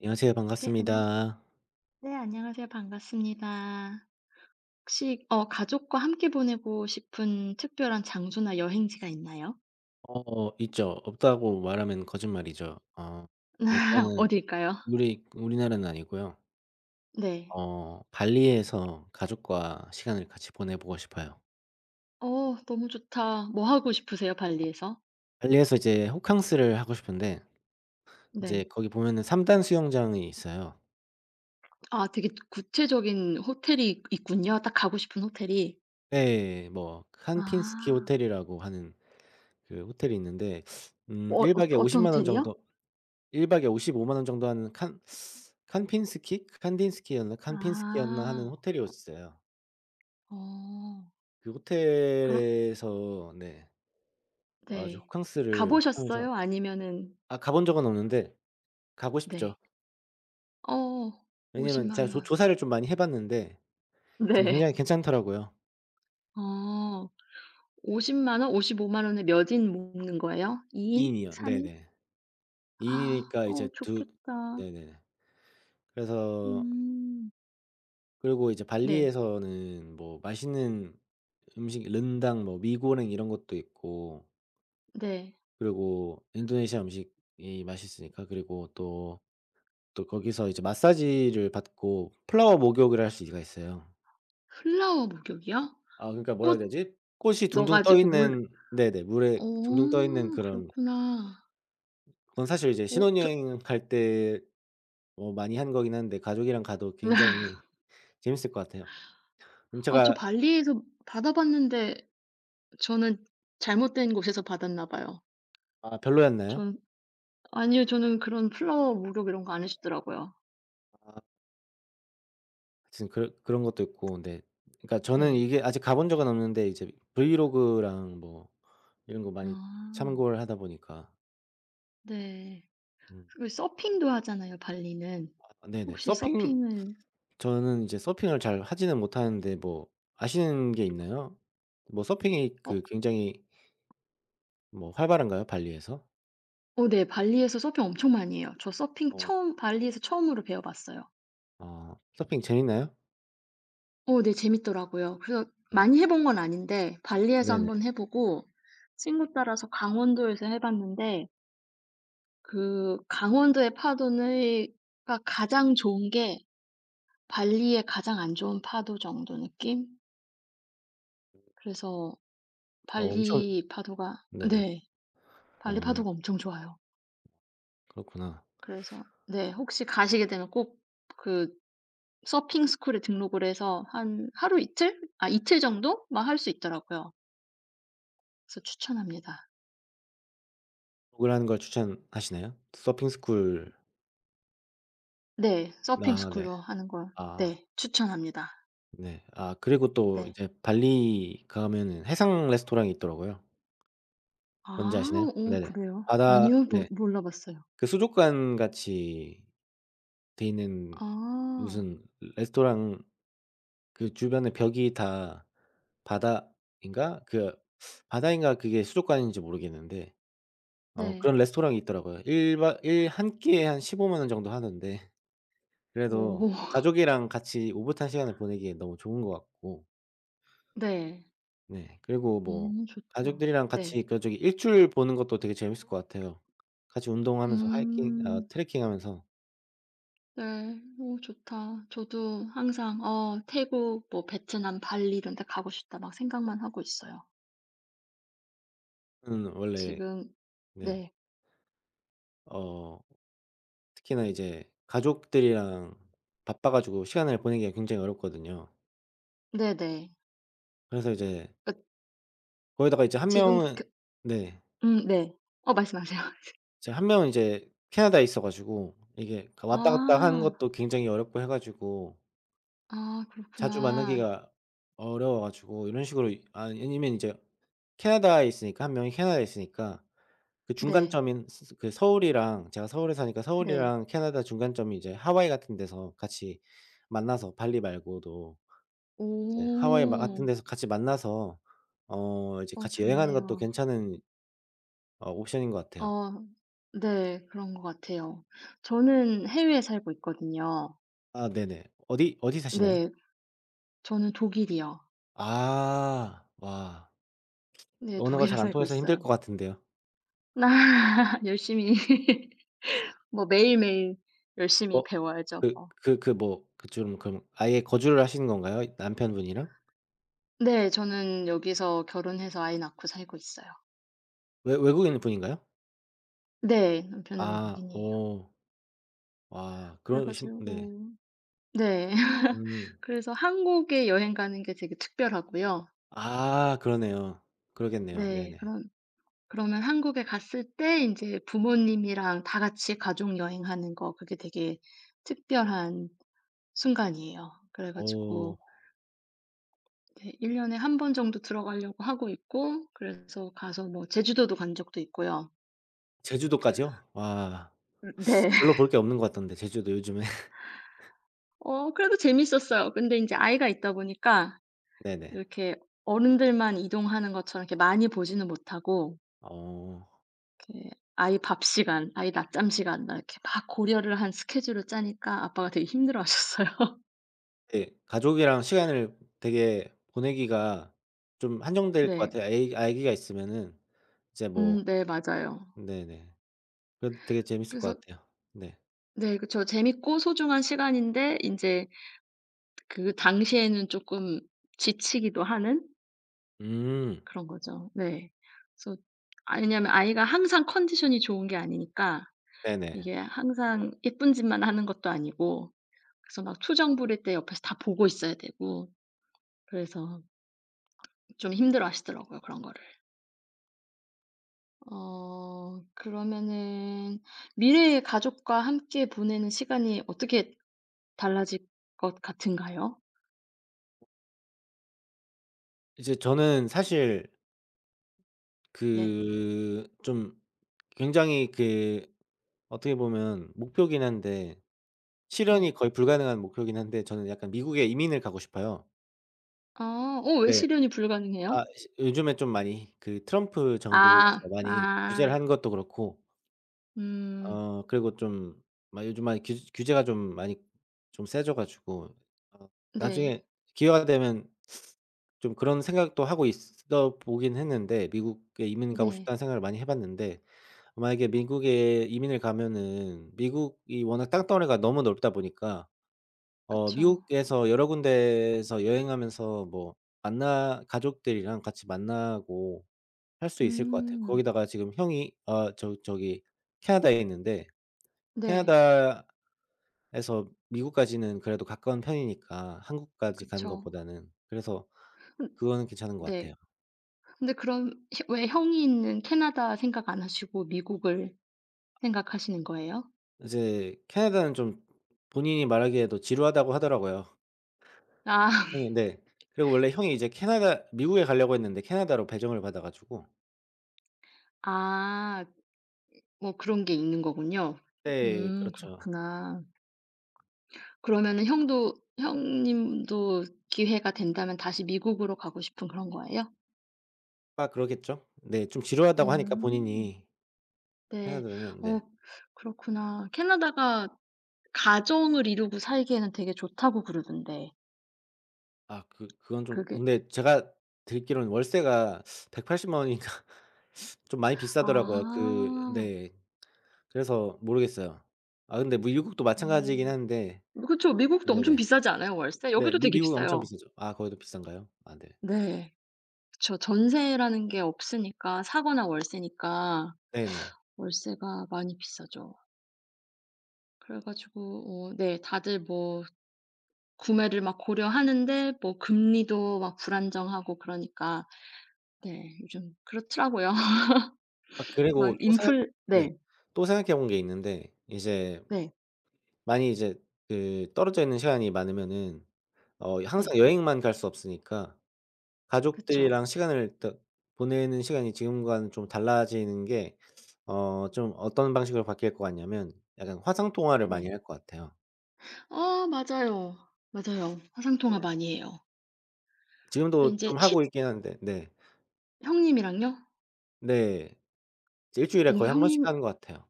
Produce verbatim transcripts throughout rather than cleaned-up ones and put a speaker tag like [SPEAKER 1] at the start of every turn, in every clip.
[SPEAKER 1] 안녕하세요.
[SPEAKER 2] 네, 안녕.
[SPEAKER 1] 반갑습니다.
[SPEAKER 2] 네, 안녕하세요. 반갑습니다. 혹시 어 가족과 함께 보내고 싶은 특별한 장소나 여행지가 있나요?
[SPEAKER 1] 어 있죠. 없다고 말하면 거짓말이죠. 어 일단은
[SPEAKER 2] 어딜까요?
[SPEAKER 1] 우리 우리나라는 아니고요.
[SPEAKER 2] 네.
[SPEAKER 1] 어 발리에서 가족과 시간을 같이 보내 보고 싶어요.
[SPEAKER 2] 어, 너무 좋다. 뭐 하고 싶으세요, 발리에서?
[SPEAKER 1] 발리에서 이제 호캉스를 하고 싶은데 이제
[SPEAKER 2] 네.
[SPEAKER 1] 거기 보면은 3 단 수영장이 있어요.
[SPEAKER 2] 아, 되게 구체적인 호텔이 있군요. 딱 가고 싶은 호텔이.
[SPEAKER 1] 네. 뭐
[SPEAKER 2] 아.
[SPEAKER 1] 칸핀스키 호텔이라고 하는 그 호텔이 있는데 음
[SPEAKER 2] 어, 어
[SPEAKER 1] 일 박 박에 5십
[SPEAKER 2] 어떤
[SPEAKER 1] 만 원 정도.
[SPEAKER 2] 호텔이요?
[SPEAKER 1] 일 박에 오십오만 원 정도 하는 칸 칸핀스키? 칸딘스키였나 칸핀스키였나 하는
[SPEAKER 2] 아.
[SPEAKER 1] 호텔이었어요.
[SPEAKER 2] 어.
[SPEAKER 1] 그
[SPEAKER 2] 그럼
[SPEAKER 1] 호텔에서, 네, 아주
[SPEAKER 2] 네. 가
[SPEAKER 1] 호캉스를 하면서.
[SPEAKER 2] 보셨어요? 아니면은
[SPEAKER 1] 아 가본 적은 없는데 가고 싶죠.
[SPEAKER 2] 네. 어. 5 0
[SPEAKER 1] 왜냐면 제가
[SPEAKER 2] 만
[SPEAKER 1] 조
[SPEAKER 2] 원.
[SPEAKER 1] 조사를 좀 많이 해 봤는데 되게
[SPEAKER 2] 네.
[SPEAKER 1] 굉장히 괜찮더라고요.
[SPEAKER 2] 어. 5 0만 원, 5 5오만 원에 몇 인 모으는 거예요? 2
[SPEAKER 1] 이 인
[SPEAKER 2] 인?
[SPEAKER 1] 인이요.
[SPEAKER 2] 3 인?
[SPEAKER 1] 네네. 이 인
[SPEAKER 2] 아.
[SPEAKER 1] 인이니까 이제
[SPEAKER 2] 어
[SPEAKER 1] 두...
[SPEAKER 2] 좋겠다.
[SPEAKER 1] 네네. 그래서,
[SPEAKER 2] 음.
[SPEAKER 1] 그리고 이제
[SPEAKER 2] 네.
[SPEAKER 1] 발리에서는 뭐 맛있는 음식 른당, 뭐 미고랭 이런 것도 있고,
[SPEAKER 2] 네.
[SPEAKER 1] 그리고 인도네시아 음식이 맛있으니까. 그리고 또 또 거기서 이제 마사지를 받고 플라워 목욕을 할 수가 있어요.
[SPEAKER 2] 플라워 목욕이요?
[SPEAKER 1] 아 그러니까 뭐라 해야
[SPEAKER 2] 꽃
[SPEAKER 1] 되지? 꽃이
[SPEAKER 2] 넣어
[SPEAKER 1] 둥둥 떠
[SPEAKER 2] 가지고
[SPEAKER 1] 있는,
[SPEAKER 2] 물
[SPEAKER 1] 네네,
[SPEAKER 2] 어
[SPEAKER 1] 물에 둥둥 떠 있는 그런.
[SPEAKER 2] 그렇구나.
[SPEAKER 1] 그건 사실 이제
[SPEAKER 2] 어 저
[SPEAKER 1] 신혼여행 갈 때 뭐 많이 한 거긴 한데 가족이랑 가도 굉장히 재밌을 것 같아요.
[SPEAKER 2] 아 저
[SPEAKER 1] 음차가.
[SPEAKER 2] 발리에서 받아 봤는데 저는 잘못된 곳에서 받았나 봐요.
[SPEAKER 1] 아 별로였나요?
[SPEAKER 2] 전 아니요. 저는 그런 플라워 목욕 이런 거 안 해 주더라고요.
[SPEAKER 1] 하여튼 그런 그런 것도 있고 네. 그러니까 저는
[SPEAKER 2] 네.
[SPEAKER 1] 이게 아직 가본 적은 없는데 이제 브이로그랑 뭐 이런 거 많이
[SPEAKER 2] 아.
[SPEAKER 1] 참고를 하다 보니까.
[SPEAKER 2] 네.
[SPEAKER 1] 음.
[SPEAKER 2] 그리고 서핑도 하잖아요 발리는.
[SPEAKER 1] 아 네네.
[SPEAKER 2] 혹시
[SPEAKER 1] 서핑.
[SPEAKER 2] 서핑을
[SPEAKER 1] 저는 이제 서핑을 잘 하지는 못하는데 뭐 아시는 게 있나요? 뭐 서핑이 그
[SPEAKER 2] 어
[SPEAKER 1] 굉장히 뭐 활발한가요? 발리에서?
[SPEAKER 2] 어 네. 발리에서 서핑 엄청 많이 해요. 저 서핑
[SPEAKER 1] 어.
[SPEAKER 2] 처음 발리에서 처음으로 배워 봤어요.
[SPEAKER 1] 아 서핑 재밌나요?
[SPEAKER 2] 어 네. 재밌더라고요. 그래서
[SPEAKER 1] 어.
[SPEAKER 2] 많이 해본 건 아닌데 발리에서 한
[SPEAKER 1] 네네.
[SPEAKER 2] 번 해 보고 친구 따라서 강원도에서 해 봤는데 그 강원도의 파도는 가 가장 좋은 게 발리의 가장 안 좋은 파도 정도 느낌? 그래서
[SPEAKER 1] 어 엄청.
[SPEAKER 2] 발리 파도가
[SPEAKER 1] 네네.
[SPEAKER 2] 네. 발리
[SPEAKER 1] 어
[SPEAKER 2] 파도가 엄청 좋아요.
[SPEAKER 1] 그렇구나.
[SPEAKER 2] 그래서 네. 혹시 가시게 되면 꼭그 서핑 스쿨에 등록을 해서 한 하루 이틀? 아 이틀 정도 막 할 수 있더라고요. 그래서 추천합니다.
[SPEAKER 1] 블로그를 하는 걸 추천하시나요? 서핑 스쿨.
[SPEAKER 2] 네. 서핑
[SPEAKER 1] 아 네.
[SPEAKER 2] 스쿨로 하는 걸
[SPEAKER 1] 아
[SPEAKER 2] 네 추천합니다.
[SPEAKER 1] 네. 아 그리고 또
[SPEAKER 2] 네.
[SPEAKER 1] 이제 발리 가면은 해상 레스토랑이 있더라고요.
[SPEAKER 2] 아
[SPEAKER 1] 뭔지 아시나요?
[SPEAKER 2] 어
[SPEAKER 1] 네네.
[SPEAKER 2] 그래요?
[SPEAKER 1] 바다,
[SPEAKER 2] 아니요. 모
[SPEAKER 1] 네.
[SPEAKER 2] 몰라 봤어요.
[SPEAKER 1] 그 수족관 같이 돼 있는
[SPEAKER 2] 아
[SPEAKER 1] 무슨 레스토랑. 그 주변에 벽이 다 바다인가 그 바다인가 그게 수족관인지 모르겠는데, 어
[SPEAKER 2] 네.
[SPEAKER 1] 그런 레스토랑이 있더라고요. 일박 일 한 끼에 한 십오만 원 정도 하는데 그래도
[SPEAKER 2] 오
[SPEAKER 1] 가족이랑 같이 오붓한 시간을 보내기에 너무 좋은 것 같고,
[SPEAKER 2] 네.
[SPEAKER 1] 네, 그리고 뭐
[SPEAKER 2] 음 좋다.
[SPEAKER 1] 가족들이랑
[SPEAKER 2] 네.
[SPEAKER 1] 같이 그 저기 일출 보는 것도 되게 재밌을 것 같아요. 같이 운동하면서 하이킹 아
[SPEAKER 2] 음
[SPEAKER 1] 트레킹하면서.
[SPEAKER 2] 네. 어 좋다. 저도 항상 어 태국 뭐 베트남, 발리 이런 데 가고 싶다 막 생각만 하고 있어요.
[SPEAKER 1] 저는 원래
[SPEAKER 2] 지금
[SPEAKER 1] 네
[SPEAKER 2] 네.
[SPEAKER 1] 어 특히나 이제 가족들이랑 바빠 가지고 시간을 보내기가 굉장히 어렵거든요.
[SPEAKER 2] 네네.
[SPEAKER 1] 그래서 이제
[SPEAKER 2] 그
[SPEAKER 1] 거기다가 이제 한
[SPEAKER 2] 지금
[SPEAKER 1] 명은.
[SPEAKER 2] 그
[SPEAKER 1] 네.
[SPEAKER 2] 음 네. 어 말씀하세요.
[SPEAKER 1] 이제 한 명은 이제 캐나다에 있어 가지고 이게 왔다 갔다 하는
[SPEAKER 2] 아.
[SPEAKER 1] 것도 굉장히 어렵고 해 가지고
[SPEAKER 2] 아
[SPEAKER 1] 자주
[SPEAKER 2] 그렇구나.
[SPEAKER 1] 만나기가 어려워 가지고 이런 식으로, 이 아, 아니면 이제 캐나다에 있으니까, 한 명이 캐나다에 있으니까 그
[SPEAKER 2] 네.
[SPEAKER 1] 중간점인 스 그 서울이랑, 제가 서울에 사니까
[SPEAKER 2] 네.
[SPEAKER 1] 서울이랑 캐나다 중간점이 이제 하와이 같은 데서 같이 만나서, 발리 말고도 이제 하와이 마
[SPEAKER 2] 오.
[SPEAKER 1] 같은 데서 같이 만나서 어 이제
[SPEAKER 2] 어
[SPEAKER 1] 같이 여행하는 것도
[SPEAKER 2] 좋네요.
[SPEAKER 1] 괜찮은, 어 옵션인 것 같아요.
[SPEAKER 2] 어 네. 그런 것 같아요. 저는 해외에 살고 있거든요.
[SPEAKER 1] 아 네네. 어디 어디 사시나요?
[SPEAKER 2] 네. 저는 독일이요.
[SPEAKER 1] 아. 와.
[SPEAKER 2] 네.
[SPEAKER 1] 언어가
[SPEAKER 2] 독일에
[SPEAKER 1] 잘 안
[SPEAKER 2] 살고
[SPEAKER 1] 통해서 힘들
[SPEAKER 2] 있어요.
[SPEAKER 1] 것 같은데요.
[SPEAKER 2] 열심히 뭐 매일매일
[SPEAKER 1] 어
[SPEAKER 2] 열심히
[SPEAKER 1] 그
[SPEAKER 2] 배워야죠 뭐.
[SPEAKER 1] 그 그 뭐 그좀 그럼 아예 거주를 하시는 건가요? 남편분이랑?
[SPEAKER 2] 네. 저는 여기서 결혼해서 아이 낳고 살고 있어요.
[SPEAKER 1] 외 외국인 분인가요?
[SPEAKER 2] 네. 남편은
[SPEAKER 1] 아.
[SPEAKER 2] 외국인이에요.
[SPEAKER 1] 오. 와,
[SPEAKER 2] 그래
[SPEAKER 1] 그러신. 네.
[SPEAKER 2] 가지고 네.
[SPEAKER 1] 음.
[SPEAKER 2] 그래서 한국에 여행 가는 게 되게 특별하고요.
[SPEAKER 1] 아 그러네요. 그러겠네요.
[SPEAKER 2] 네.
[SPEAKER 1] 네네.
[SPEAKER 2] 그런 그러면 한국에 갔을 때 이제 부모님이랑 다 같이 가족 여행하는 거 그게 되게 특별한 순간이에요. 그래
[SPEAKER 1] 오.
[SPEAKER 2] 가지고 네 일 년 년에 한 번 정도 들어가려고 하고 있고 그래서 가서 뭐 제주도도 간 적도 있고요.
[SPEAKER 1] 제주도까지요? 와.
[SPEAKER 2] 음 네.
[SPEAKER 1] 별로 볼 게 없는 것 같던데 제주도 요즘에.
[SPEAKER 2] 어 그래도 재밌었어요. 근데 이제 아이가 있다 보니까
[SPEAKER 1] 네네.
[SPEAKER 2] 이렇게 어른들만 이동하는 것처럼 이렇게 많이 보지는 못하고
[SPEAKER 1] 어
[SPEAKER 2] 이렇게 아이 밥 시간, 아이 낮잠 시간 막 이렇게 막 고려를 한 스케줄을 짜니까 아빠가 되게 힘들어하셨어요.
[SPEAKER 1] 네, 가족이랑 시간을 되게 보내기가 좀 한정될 것
[SPEAKER 2] 네.
[SPEAKER 1] 같아요. 아이 아기가 있으면은 이제 뭐.
[SPEAKER 2] 음 네 맞아요.
[SPEAKER 1] 네네. 그래도 되게 재밌을
[SPEAKER 2] 그래서
[SPEAKER 1] 것 같아요. 네.
[SPEAKER 2] 네 그쵸. 재밌고 소중한 시간인데 이제 그 당시에는 조금 지치기도 하는
[SPEAKER 1] 음.
[SPEAKER 2] 그런 거죠. 네. 그래서 아 왜냐하면 아이가 항상 컨디션이 좋은 게 아니니까
[SPEAKER 1] 네네.
[SPEAKER 2] 이게 항상 예쁜 짓만 하는 것도 아니고 그래서 막 투정 부릴 때 옆에서 다 보고 있어야 되고 그래서 좀 힘들어하시더라고요, 그런 거를. 어 그러면은 미래의 가족과 함께 보내는 시간이 어떻게 달라질 것 같은가요?
[SPEAKER 1] 이제 저는 사실
[SPEAKER 2] 네.
[SPEAKER 1] 그 좀 굉장히 그 어떻게 보면 목표긴 한데, 실현이
[SPEAKER 2] 네.
[SPEAKER 1] 거의 불가능한 목표긴 한데 저는 약간 미국에 이민을 가고 싶어요.
[SPEAKER 2] 아. 어 왜
[SPEAKER 1] 네.
[SPEAKER 2] 실현이 불가능해요?
[SPEAKER 1] 아 시 요즘에 좀 많이 그 트럼프
[SPEAKER 2] 아.
[SPEAKER 1] 정부에서 많이
[SPEAKER 2] 아.
[SPEAKER 1] 규제를 한 것도 그렇고,
[SPEAKER 2] 음.
[SPEAKER 1] 어 그리고 좀 막 요즘 많이 규 규제가 좀 많이 좀 세져 가지고, 어
[SPEAKER 2] 네.
[SPEAKER 1] 나중에 기회가 되면 좀 그런 생각도 하고 있어 보긴 했는데, 미국에 이민 가고
[SPEAKER 2] 네.
[SPEAKER 1] 싶다는 생각을 많이 해 봤는데, 만약에 미국에 이민을 가면은 미국이 워낙 땅덩어리가 너무 넓다 보니까, 어
[SPEAKER 2] 그쵸.
[SPEAKER 1] 미국에서 여러 군데에서 여행하면서 뭐 만나 가족들이랑 같이 만나고 할 수 있을 것 같아요.
[SPEAKER 2] 음.
[SPEAKER 1] 거기다가 지금 형이, 아 저 저기 캐나다에 있는데,
[SPEAKER 2] 네.
[SPEAKER 1] 캐나다에서 미국까지는 그래도 가까운 편이니까, 한국까지 가는
[SPEAKER 2] 그쵸.
[SPEAKER 1] 것보다는. 그래서
[SPEAKER 2] 근
[SPEAKER 1] 그거는 괜찮은 것 같아요.
[SPEAKER 2] 네. 근데 그럼 혀 왜 형이 있는 캐나다 생각 안 하시고 미국을 생각하시는 거예요?
[SPEAKER 1] 이제 캐나다는 좀 본인이 말하기에도 지루하다고 하더라고요.
[SPEAKER 2] 아.
[SPEAKER 1] 형이, 네. 그리고 원래 형이 이제 캐나다 미국에 가려고 했는데 캐나다로 배정을 받아 가지고.
[SPEAKER 2] 아. 뭐 그런 게 있는 거군요.
[SPEAKER 1] 네,
[SPEAKER 2] 음.
[SPEAKER 1] 그렇죠.
[SPEAKER 2] 그렇구나. 그러면은 형도 형님도 기회가 된다면 다시 미국으로 가고 싶은 그런 거예요?
[SPEAKER 1] 아 그러겠죠. 네, 좀 지루하다고 하니까
[SPEAKER 2] 음.
[SPEAKER 1] 본인이.
[SPEAKER 2] 네.
[SPEAKER 1] 캐나다는, 네.
[SPEAKER 2] 어 그렇구나. 캐나다가 가정을 이루고 살기에는 되게 좋다고 그러던데.
[SPEAKER 1] 아 그 그건 좀,
[SPEAKER 2] 그게
[SPEAKER 1] 근데 제가 듣기로는 월세가 백팔십만 원이니까 좀 많이 비싸더라고요. 그
[SPEAKER 2] 아.
[SPEAKER 1] 네. 그래서 모르겠어요. 아 근데 뭐 미국도 마찬가지이긴
[SPEAKER 2] 어.
[SPEAKER 1] 한데.
[SPEAKER 2] 그쵸. 미국도 엄청
[SPEAKER 1] 네네.
[SPEAKER 2] 비싸지 않아요, 월세?
[SPEAKER 1] 네.
[SPEAKER 2] 여기도
[SPEAKER 1] 미
[SPEAKER 2] 되게
[SPEAKER 1] 미국은 엄청
[SPEAKER 2] 비싸요.
[SPEAKER 1] 비싸죠. 아 거기도 비싼가요? 아 네.
[SPEAKER 2] 네. 그쵸. 전세라는 게 없으니까 사거나 월세니까
[SPEAKER 1] 네네.
[SPEAKER 2] 월세가 많이 비싸죠. 그래 가지고 어 네 다들 뭐 구매를 막 고려하는데 뭐 금리도 막 불안정하고 그러니까 네 요즘 그렇더라고요.
[SPEAKER 1] 아
[SPEAKER 2] 막
[SPEAKER 1] 그리고 또 생각.
[SPEAKER 2] 인플
[SPEAKER 1] 네.
[SPEAKER 2] 네.
[SPEAKER 1] 또 생각해 본게 있는데, 이제
[SPEAKER 2] 네.
[SPEAKER 1] 많이 이제 그 떨어져 있는 시간이 많으면은, 어 항상
[SPEAKER 2] 네.
[SPEAKER 1] 여행만 갈 수 없으니까 가족들이랑
[SPEAKER 2] 그쵸.
[SPEAKER 1] 시간을 더 보내는 시간이 지금과는 좀 달라지는 게, 어 좀 어떤 방식으로 바뀔 것 같냐면 약간 화상 통화를 많이
[SPEAKER 2] 네.
[SPEAKER 1] 할 것 같아요.
[SPEAKER 2] 아 맞아요. 맞아요.
[SPEAKER 1] 네.
[SPEAKER 2] 화상통화 많이 해요. 근데
[SPEAKER 1] 지금도
[SPEAKER 2] 인제
[SPEAKER 1] 좀
[SPEAKER 2] 시
[SPEAKER 1] 하고 있긴 한데, 네.
[SPEAKER 2] 형님이랑요?
[SPEAKER 1] 네. 이제 일 주일에
[SPEAKER 2] 어
[SPEAKER 1] 거의 한 번씩
[SPEAKER 2] 형님
[SPEAKER 1] 하는 것 같아요.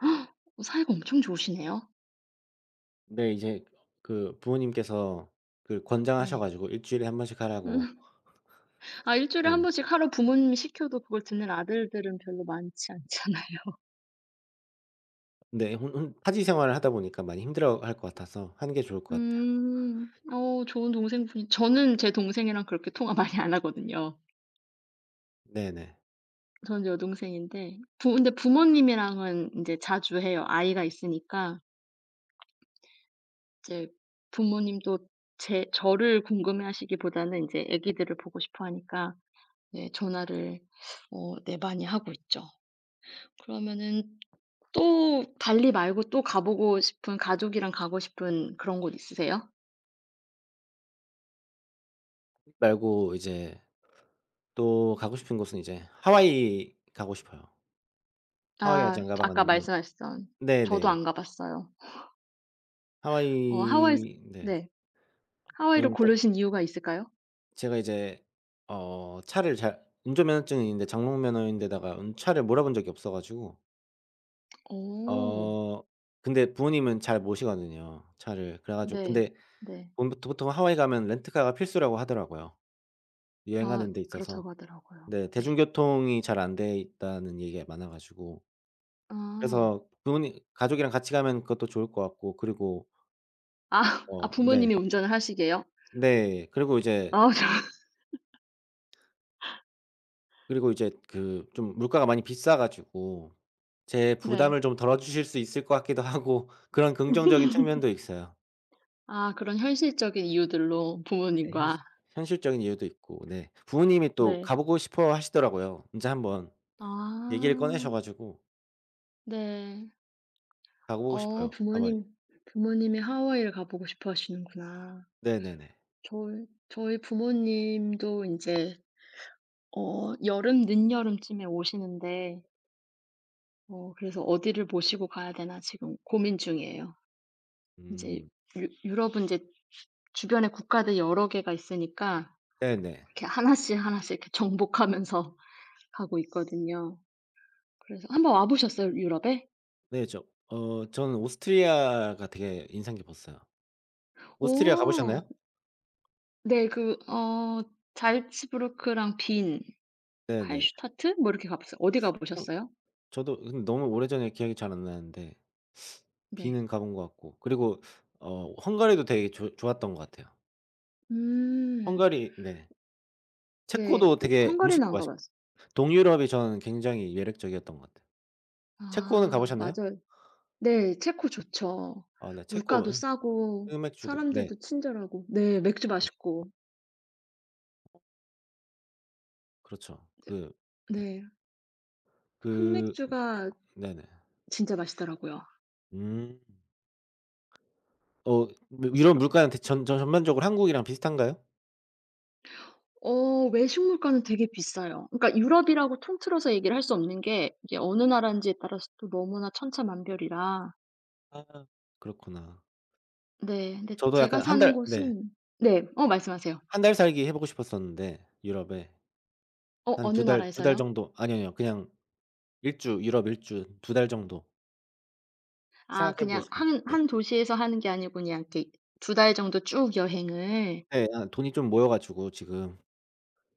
[SPEAKER 2] 사이가 엄청 좋으시네요.
[SPEAKER 1] 네, 이제 그 부모님께서 그 권장하셔
[SPEAKER 2] 네.
[SPEAKER 1] 가지고 일 주일에 한 번씩 하라고.
[SPEAKER 2] 음. 아 일 주일에 한
[SPEAKER 1] 음.
[SPEAKER 2] 번씩 하루 부모님이 시켜도 그걸 듣는 아들들은 별로 많지 않잖아요.
[SPEAKER 1] 네. 혼 혼 타지 생활을 하다 보니까 많이 힘들어할 것 같아서 하는 게 좋을 것 같아요.
[SPEAKER 2] 음. 어 좋은 동생분이 저는 제 동생이랑 그렇게 통화 많이 안 하거든요.
[SPEAKER 1] 네네.
[SPEAKER 2] 저는 여동생인데 부 근데 부모님이랑은 인제 자주 해요. 아이가 있으니까 이제 부모님도 제 저를 궁금해하시기보다는 인제 아기들을 보고 싶어 하니까 네 전화를 어 네 많이 하고 있죠. 그러면은 또 달리 말고 또 가 보고 싶은 가족이랑 가고 싶은 그런 곳 있으세요?
[SPEAKER 1] 말고 이제 또 가고 싶은 곳은 이제 하와이 가고 싶어요. 하와이 아직
[SPEAKER 2] 아
[SPEAKER 1] 안 가봐
[SPEAKER 2] 아까
[SPEAKER 1] 갔는데.
[SPEAKER 2] 말씀하셨던 저도
[SPEAKER 1] 네네.
[SPEAKER 2] 안 가 봤어요.
[SPEAKER 1] 하와이,
[SPEAKER 2] 어 하와이
[SPEAKER 1] 네.
[SPEAKER 2] 네. 하와이를
[SPEAKER 1] 왜냐면 제-
[SPEAKER 2] 고르신 이유가 있을까요?
[SPEAKER 1] 제가 이제 어 차를 잘 운전면허증이 있는데 장롱 면허인데다가 운 차를 몰아본 적이 없어 가지고,
[SPEAKER 2] 어.
[SPEAKER 1] 어 근데 부모님은 잘 모시거든요, 차를. 그래 가지고
[SPEAKER 2] 네.
[SPEAKER 1] 근데
[SPEAKER 2] 네.
[SPEAKER 1] 보통 보통 하와이 가면 렌트카가 필수라고 하더라고요,
[SPEAKER 2] 아
[SPEAKER 1] 여행하는 데 있어서.
[SPEAKER 2] 그렇다고 하더라고요.
[SPEAKER 1] 네.
[SPEAKER 2] 네.
[SPEAKER 1] 대중교통이 잘 안 돼 있다는 얘기가 많아 가지고.
[SPEAKER 2] 아.
[SPEAKER 1] 그래서 부모님 가족이랑 같이 가면 그것도 좋을 것 같고, 그리고,
[SPEAKER 2] 아 아
[SPEAKER 1] 어 네.
[SPEAKER 2] 부모님이 운전을 하시게요?
[SPEAKER 1] 네. 그리고 이제
[SPEAKER 2] 아 저
[SPEAKER 1] 그리고 이제 그 좀 물가가 많이 비싸 가지고 제
[SPEAKER 2] 네.
[SPEAKER 1] 부담을 좀 덜어 주실 수 있을 것 같기도 하고 그런 긍정적인 측면도 있어요.
[SPEAKER 2] 아 그런 현실적인 이유들로
[SPEAKER 1] 네, 현실
[SPEAKER 2] 부모님과.
[SPEAKER 1] 현실적인 이유도 있고 네. 부모님이 또 가
[SPEAKER 2] 네.
[SPEAKER 1] 보고 싶어 하시더라고요. 인제 한번 얘기를 꺼내셔
[SPEAKER 2] 아
[SPEAKER 1] 가지고.
[SPEAKER 2] 네.
[SPEAKER 1] 가 보고
[SPEAKER 2] 어
[SPEAKER 1] 싶어요, 하와이.
[SPEAKER 2] 부모님 부모님이 하와이를 가 보고 싶어 하시는구나.
[SPEAKER 1] 네네네.
[SPEAKER 2] 저희 저희 부모님도 이제 어 여름 늦여름쯤에 오시는데 어 그래서 어디를 모시고 가야 되나 지금 고민 중이에요. 이제
[SPEAKER 1] 음.
[SPEAKER 2] 유 유럽은 이제 주변에 국가들 여러 개가 있으니까
[SPEAKER 1] 네네.
[SPEAKER 2] 이렇게 하나씩 하나씩 이렇게 정복하면서 가고 있거든요. 그래서 한번 와 보셨어요, 유럽에?
[SPEAKER 1] 네, 저 어 저는 오스트리아가 되게 인상 깊었어요. 오스트리아 가 보셨나요?
[SPEAKER 2] 오. 네. 그 어 잘츠부르크랑 빈,
[SPEAKER 1] 네네.
[SPEAKER 2] 할슈타트 뭐 이렇게 가 봤어요. 어디 가
[SPEAKER 1] 혼
[SPEAKER 2] 보셨어요?
[SPEAKER 1] 저도 근데 너무 오래전에 기억이 잘 안 나는데
[SPEAKER 2] 네.
[SPEAKER 1] 비는 가본 것 같고, 그리고 어 헝가리도 되게 좋 좋았던 것 같아요.
[SPEAKER 2] 음.
[SPEAKER 1] 헝가리, 네.
[SPEAKER 2] 네.
[SPEAKER 1] 체코도
[SPEAKER 2] 오
[SPEAKER 1] 되게
[SPEAKER 2] 헝가리는
[SPEAKER 1] 음식도
[SPEAKER 2] 안 가
[SPEAKER 1] 맛있고.
[SPEAKER 2] 봤어요.
[SPEAKER 1] 동유럽이 저는 굉장히 매력적이었던 것 같아요. 체코는 가
[SPEAKER 2] 아
[SPEAKER 1] 보셨나요?
[SPEAKER 2] 맞아요. 네. 체코 좋죠.
[SPEAKER 1] 아 네. 체코
[SPEAKER 2] 물가도
[SPEAKER 1] 음
[SPEAKER 2] 싸고
[SPEAKER 1] 흑맥주도, 네.
[SPEAKER 2] 사람들도 친절하고 네 맥주 맛있고.
[SPEAKER 1] 그렇죠. 그, 네.
[SPEAKER 2] 네.
[SPEAKER 1] 그,
[SPEAKER 2] 흑맥주가
[SPEAKER 1] 네네.
[SPEAKER 2] 진짜 맛있더라고요.
[SPEAKER 1] 음. 어 뭐 유럽
[SPEAKER 2] 그러
[SPEAKER 1] 물가는 대 전 전 전반적으로 한국이랑 비슷한가요?
[SPEAKER 2] 어 외식 물가는 되게 비싸요. 그러니까 유럽이라고 통틀어서 얘기를 할 수 없는 게 이게 어느 나라인지에 따라서 또 너무나 천차만별이라
[SPEAKER 1] 아 그렇구나.
[SPEAKER 2] 네. 근데
[SPEAKER 1] 저도
[SPEAKER 2] 제가
[SPEAKER 1] 약간 한
[SPEAKER 2] 사는
[SPEAKER 1] 달, 네.
[SPEAKER 2] 곳은 네. 어 말씀하세요.
[SPEAKER 1] 한 달 살기 해 보고 싶었었는데 유럽에.
[SPEAKER 2] 어
[SPEAKER 1] 한 두
[SPEAKER 2] 어느
[SPEAKER 1] 달 두 달
[SPEAKER 2] 나라에서요?
[SPEAKER 1] 정도, 아니요, 아니요. 그냥 일 주 유럽 일 주 두 달 정도
[SPEAKER 2] 아
[SPEAKER 1] 생각해 보고
[SPEAKER 2] 그냥
[SPEAKER 1] 싶어요.
[SPEAKER 2] 한
[SPEAKER 1] 네.
[SPEAKER 2] 한 도시에서 하는 게 아니고 그냥 이렇게 두 달 정도 쭉 여행을
[SPEAKER 1] 네. 아 돈이 좀 모여 가지고 지금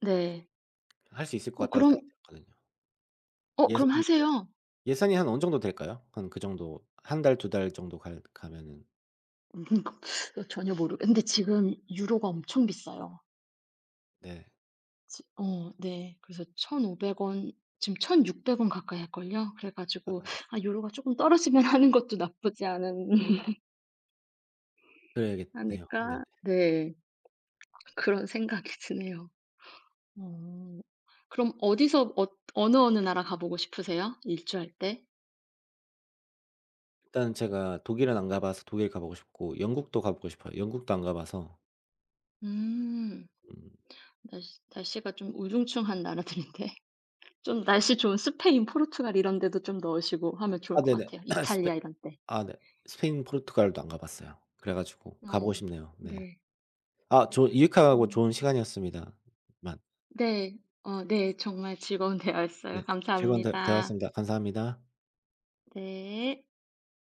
[SPEAKER 2] 네.
[SPEAKER 1] 할 수 있을 것
[SPEAKER 2] 어
[SPEAKER 1] 같다는
[SPEAKER 2] 그럼
[SPEAKER 1] 생각이 들었거든요.
[SPEAKER 2] 어 그럼
[SPEAKER 1] 예산이
[SPEAKER 2] 하세요.
[SPEAKER 1] 예산이 한 어느 정도 될까요? 한 그 정도, 한 달 두 달 정도 갈 가면은.
[SPEAKER 2] 음 전혀 모르 근데 지금 유로가 엄청 비싸요.
[SPEAKER 1] 네.
[SPEAKER 2] 지 어 네. 그래서 천오백 원 지금 천육백 원 가까이 할걸요. 그래 가지고
[SPEAKER 1] 아
[SPEAKER 2] 아 유로가 조금 떨어지면 하는 것도 나쁘지 않은 하니
[SPEAKER 1] 그래야겠네요.
[SPEAKER 2] 까
[SPEAKER 1] 네네.
[SPEAKER 2] 네. 그런 생각이 드네요. 어. 그럼 어디서 어 어느, 어느 나라 가 보고 싶으세요? 일주할 때?
[SPEAKER 1] 일단 제가 독일은 안 가 봐서 독일 가 보고 싶고 영국도 가 보고 싶어요. 영국도 안 가 봐서.
[SPEAKER 2] 음.
[SPEAKER 1] 음.
[SPEAKER 2] 날씨 날씨가 좀 우중충한 나라들인데 좀 날씨 좋은 스페인, 포르투갈 이런 데도 좀 넣으시고 하면 좋을
[SPEAKER 1] 아
[SPEAKER 2] 것
[SPEAKER 1] 네네.
[SPEAKER 2] 같아요,
[SPEAKER 1] 스페
[SPEAKER 2] 이탈리아 이런 데.
[SPEAKER 1] 아 네. 스페인, 포르투갈도 안 가 봤어요. 그래 가지고 가 보고
[SPEAKER 2] 어.
[SPEAKER 1] 싶네요. 네.
[SPEAKER 2] 네.
[SPEAKER 1] 아 좋,
[SPEAKER 2] 어.
[SPEAKER 1] 유익하고 좋은 시간이었습니다. 만
[SPEAKER 2] 네. 어 네. 정말 즐거운
[SPEAKER 1] 네.
[SPEAKER 2] 대화였어요.
[SPEAKER 1] 즐거운 대
[SPEAKER 2] 감사합니다.
[SPEAKER 1] 대화였습니다. 감사합니다.
[SPEAKER 2] 네.